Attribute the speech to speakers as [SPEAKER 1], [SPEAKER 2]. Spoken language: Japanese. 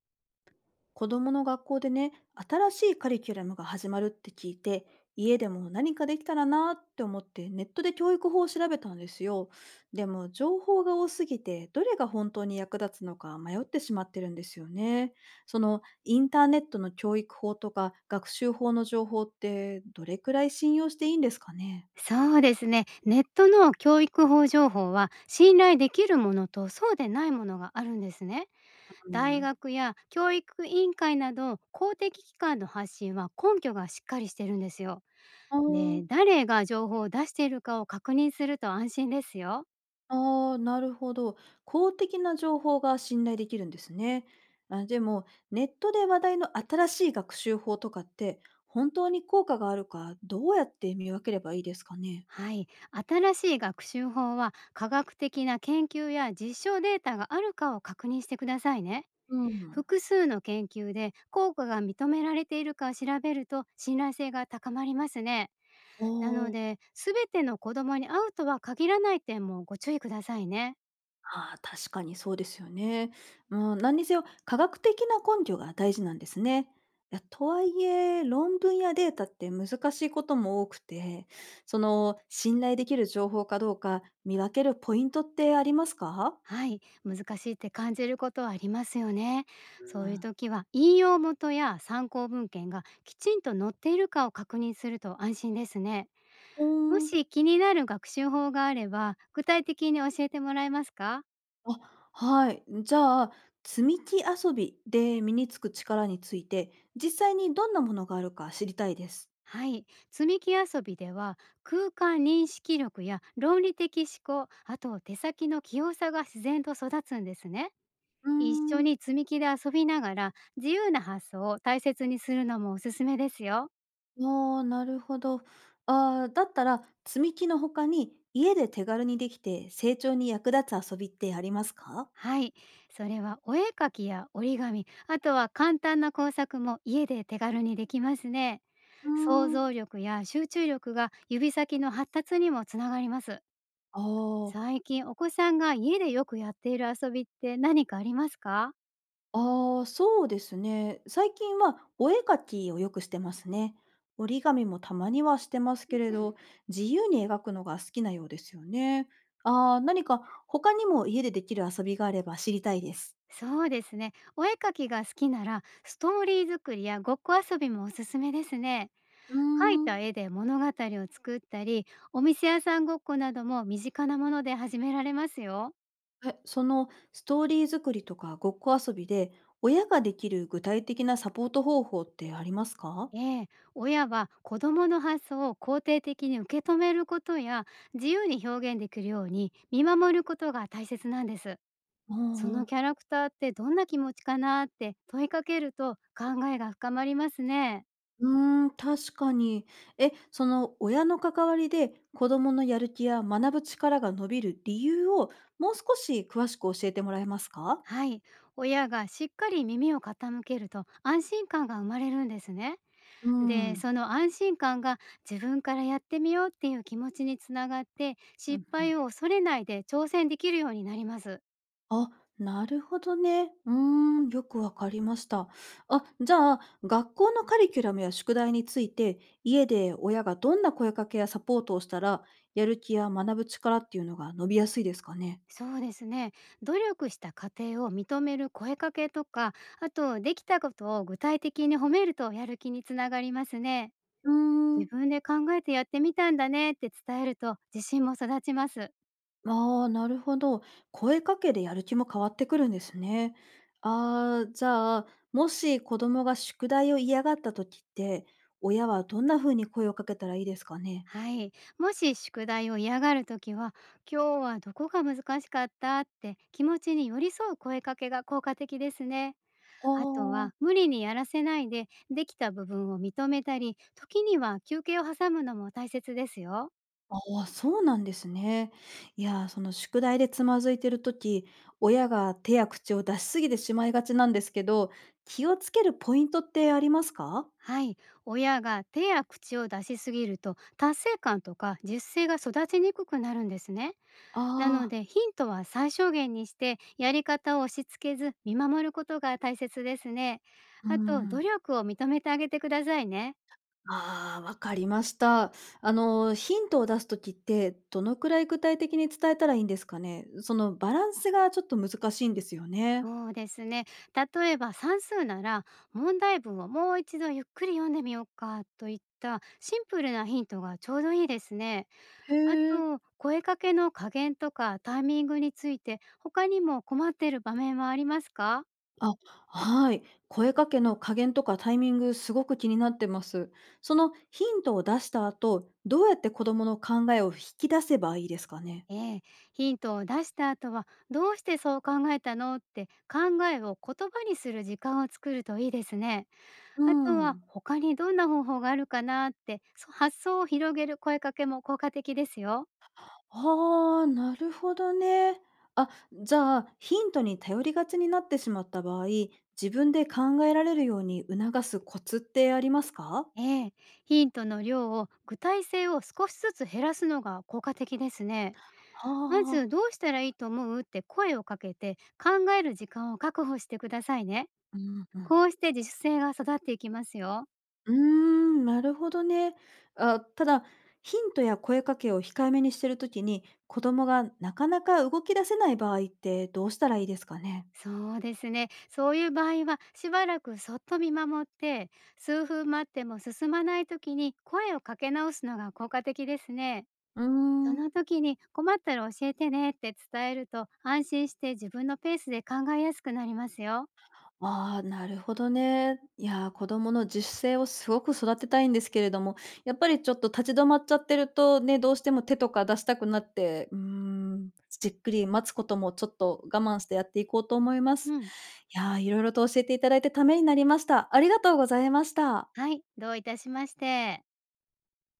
[SPEAKER 1] 子どもの学校でね、新しいカリキュラムが始まるって聞いて、家でも何かできたらなって思ってネットで教育法を調べたんですよ。でも情報が多すぎて、どれが本当に役立つのか迷ってしまってるんですよね。そのインターネットの教育法とか学習法の情報ってどれくらい信用していいんですかね。
[SPEAKER 2] そうですね。ネットの教育法情報は信頼できるものとそうでないものがあるんですね。
[SPEAKER 1] う
[SPEAKER 2] 大
[SPEAKER 1] ん。
[SPEAKER 2] 学や教育委員会など公的機関の発信は根拠がしっかりしてるんですよ。
[SPEAKER 1] うー
[SPEAKER 2] で、
[SPEAKER 1] ん
[SPEAKER 2] 誰が情報を出しているかを確認すると安心ですよ。
[SPEAKER 1] ああ、なるほど。公的な情報が信頼できるんですね。あ、でも、ネットで話題の新しい学習法とかって、本当に効果があるか、どうやって見分ければいいですかね。
[SPEAKER 2] はい、新しい学習法は科学的な研究や実証データがあるかを確認してくださいね。
[SPEAKER 1] うん。
[SPEAKER 2] 複数の研究で効果が認められているかを調べると信頼性が高まりますね。
[SPEAKER 1] お
[SPEAKER 2] なの
[SPEAKER 1] ー
[SPEAKER 2] で全ての子どもに合うとは限らない点もご注意くださいね。
[SPEAKER 1] ああ、確かにそうですよね。うん、何にせよ、科学的な根拠が大事なんですね。いやとはいえ、論文やデータって難しいことも多くて、信頼できる情報かどうか見分けるポイントってありますか。
[SPEAKER 2] はい、難しいって感じることはありますよね。
[SPEAKER 1] う
[SPEAKER 2] そういう
[SPEAKER 1] ん
[SPEAKER 2] 時は引用元や参考文献がきちんと載っているかを確認すると安心ですね。
[SPEAKER 1] う
[SPEAKER 2] も
[SPEAKER 1] ー
[SPEAKER 2] し
[SPEAKER 1] ん。
[SPEAKER 2] 気になる学習法があれば具体的に教えてもらえますか？
[SPEAKER 1] あ、はい。じゃあ、積み木遊びで身につく力について、実際にどんなものがあるか知りたいです。
[SPEAKER 2] はい。積み木遊びでは空間認識力や論理的思考、あと手先の器用さが自然と育つんですね。
[SPEAKER 1] うー
[SPEAKER 2] 一緒
[SPEAKER 1] ん、
[SPEAKER 2] に積み木で遊びながら自由な発想を大切にするのもおすすめですよ。
[SPEAKER 1] ああ、なるほど。あーだったら、積み木の他に、家で手軽にできて成長に役立つ遊びってありますか。
[SPEAKER 2] はい。それはお絵かきや折り紙、あとは簡単な工作も家で手軽にできますね。
[SPEAKER 1] う
[SPEAKER 2] 想
[SPEAKER 1] ーん。
[SPEAKER 2] 像力や集中力が指先の発達にもつながります。
[SPEAKER 1] ああ。
[SPEAKER 2] 最近お子さんが家でよくやっている遊びって何かありますか？
[SPEAKER 1] ああ、そうですね。最近はお絵描きをよくしてますね。折り紙もたまにはしてますけれど、自由に描くのが好きなようですよね。ああ、何か他にも家でできる遊びがあれば知りたいです。
[SPEAKER 2] そうですね。お絵かきが好きなら、ストーリー作りやごっこ遊びもおすすめですね。
[SPEAKER 1] う
[SPEAKER 2] 描い
[SPEAKER 1] ーん。
[SPEAKER 2] た絵で物語を作ったり、お店屋さんごっこなども身近なもので始められますよ。
[SPEAKER 1] え、そのストーリー作りとかごっこ遊びで、親ができる具体的なサポート方法ってありますか？
[SPEAKER 2] ええ、親は子供の発想を肯定的に受け止めることや、自由に表現できるように見守ることが大切なんです。
[SPEAKER 1] あ
[SPEAKER 2] その
[SPEAKER 1] ああ
[SPEAKER 2] キャ
[SPEAKER 1] あ。
[SPEAKER 2] ラクターってどんな気持ちかなって問いかけると考えが深まりますね。
[SPEAKER 1] うーん、確かに。え、その親の関わりで子供のやる気や学ぶ力が伸びる理由をもう少し詳しく教えてもらえますか？
[SPEAKER 2] はい。親がしっかり耳を傾けると安心感が生まれるんですね。
[SPEAKER 1] うー
[SPEAKER 2] で、そ
[SPEAKER 1] ん。
[SPEAKER 2] の安心感が自分からやってみようっていう気持ちにつながって、
[SPEAKER 1] う
[SPEAKER 2] 失
[SPEAKER 1] んう
[SPEAKER 2] 敗
[SPEAKER 1] ん。
[SPEAKER 2] を恐れないで挑戦できるようになります。
[SPEAKER 1] あ、なるほどね。うーん、よくわかりました。あ、じゃあ、学校のカリキュラムや宿題について、家で親がどんな声かけやサポートをしたら、やる気や学ぶ力っていうのが伸びやすいですかね？
[SPEAKER 2] そうですね。努力した過程を認める声かけとか、あとできたことを具体的に褒めるとやる気につながりますね。
[SPEAKER 1] うーん。
[SPEAKER 2] 自分で考えてやってみたんだねって伝えると自信も育ちます。
[SPEAKER 1] ああ、なるほど。声かけでやる気も変わってくるんですね。ああ、じゃあ、もし子供が宿題を嫌がった時って、親はどんな風に声をかけたらいいですかね？
[SPEAKER 2] はい。もし宿題を嫌がるときは、今日はどこが難しかったって気持ちに寄り添う声かけが効果的ですね。
[SPEAKER 1] あ
[SPEAKER 2] あと
[SPEAKER 1] ーあー。
[SPEAKER 2] は、無理にやらせないで、できた部分を認めたり、時には休憩を挟むのも大切ですよ。
[SPEAKER 1] あ、そうなんですね。いやー、その宿題でつまずいてる時、親が手や口を出し過ぎてしまいがちなんですけど、気をつけるポイントってありますか？
[SPEAKER 2] はい。親が手や口を出しすぎると、達成感とか実践が育ちにくくなるんですね。なの
[SPEAKER 1] ああー。
[SPEAKER 2] でヒントは最小限にして、やり方を押し付けず見守ることが大切ですね。
[SPEAKER 1] うー
[SPEAKER 2] あと努
[SPEAKER 1] ん。
[SPEAKER 2] 力を認めてあげてくださいね。
[SPEAKER 1] ああ、わかりました。あの、ヒントを出すときって、どのくらい具体的に伝えたらいいんですかね？そのバランスがちょっと難しいんですよね。
[SPEAKER 2] そうですね。例えば算数なら、問題文をもう一度ゆっくり読んでみようかといったシンプルなヒントがちょうどいいですね。
[SPEAKER 1] へ
[SPEAKER 2] あ
[SPEAKER 1] え。
[SPEAKER 2] と声かけの加減とかタイミングについて、他にも困っている場面はありますか？
[SPEAKER 1] あ、はい。声かけの加減とかタイミング、すごく気になってます。そのヒントを出した後、どうやって子供の考えを引き出せばいいですかね？
[SPEAKER 2] ええ、ヒントを出した後は「どうしてそう考えたの?」って考えを言葉にする時間を作るといいですね。
[SPEAKER 1] う
[SPEAKER 2] あとは、
[SPEAKER 1] ん。
[SPEAKER 2] 他にどんな方法があるかなって、発想を広げる声かけも効果的ですよ。
[SPEAKER 1] ああ、なるほどね。あ、じゃあ、ヒントに頼りがちになってしまった場合、自分で考えられるように促すコツってありますか？
[SPEAKER 2] ええ、ヒントの量を具体性を少しずつ減らすのが効果的ですね。
[SPEAKER 1] あ
[SPEAKER 2] ま
[SPEAKER 1] あ
[SPEAKER 2] ず
[SPEAKER 1] ー。
[SPEAKER 2] 「どうしたらいいと思う?」って声をかけて、考える時間を確保してくださいね。
[SPEAKER 1] うんうん。
[SPEAKER 2] こうして自主性が育っていきますよ。
[SPEAKER 1] うーん、なるほどね。あ、ただ、ヒントや声かけを控えめにしてる時に、子供がなかなか動き出せない場合ってどうしたらいいですかね？
[SPEAKER 2] そうですね。そういう場合はしばらくそっと見守って、数分待っても進まない時に声をかけ直すのが効果的ですね。
[SPEAKER 1] うー
[SPEAKER 2] そ
[SPEAKER 1] ん。
[SPEAKER 2] の時に、困ったら教えてねって伝えると安心して自分のペースで考えやすくなりますよ。
[SPEAKER 1] ああ、なるほどね。いやー、子供の自主性をすごく育てたいんですけれども、やっぱりちょっと立ち止まっちゃってるとね、どうしても手とか出したくなって、うーん、じっくり待つこともちょっと我慢してやっていこうと思います。
[SPEAKER 2] うん。
[SPEAKER 1] いやー、いろいろと教えていただいてためになりました。ありがとうございました。
[SPEAKER 2] はい。どういたしまして。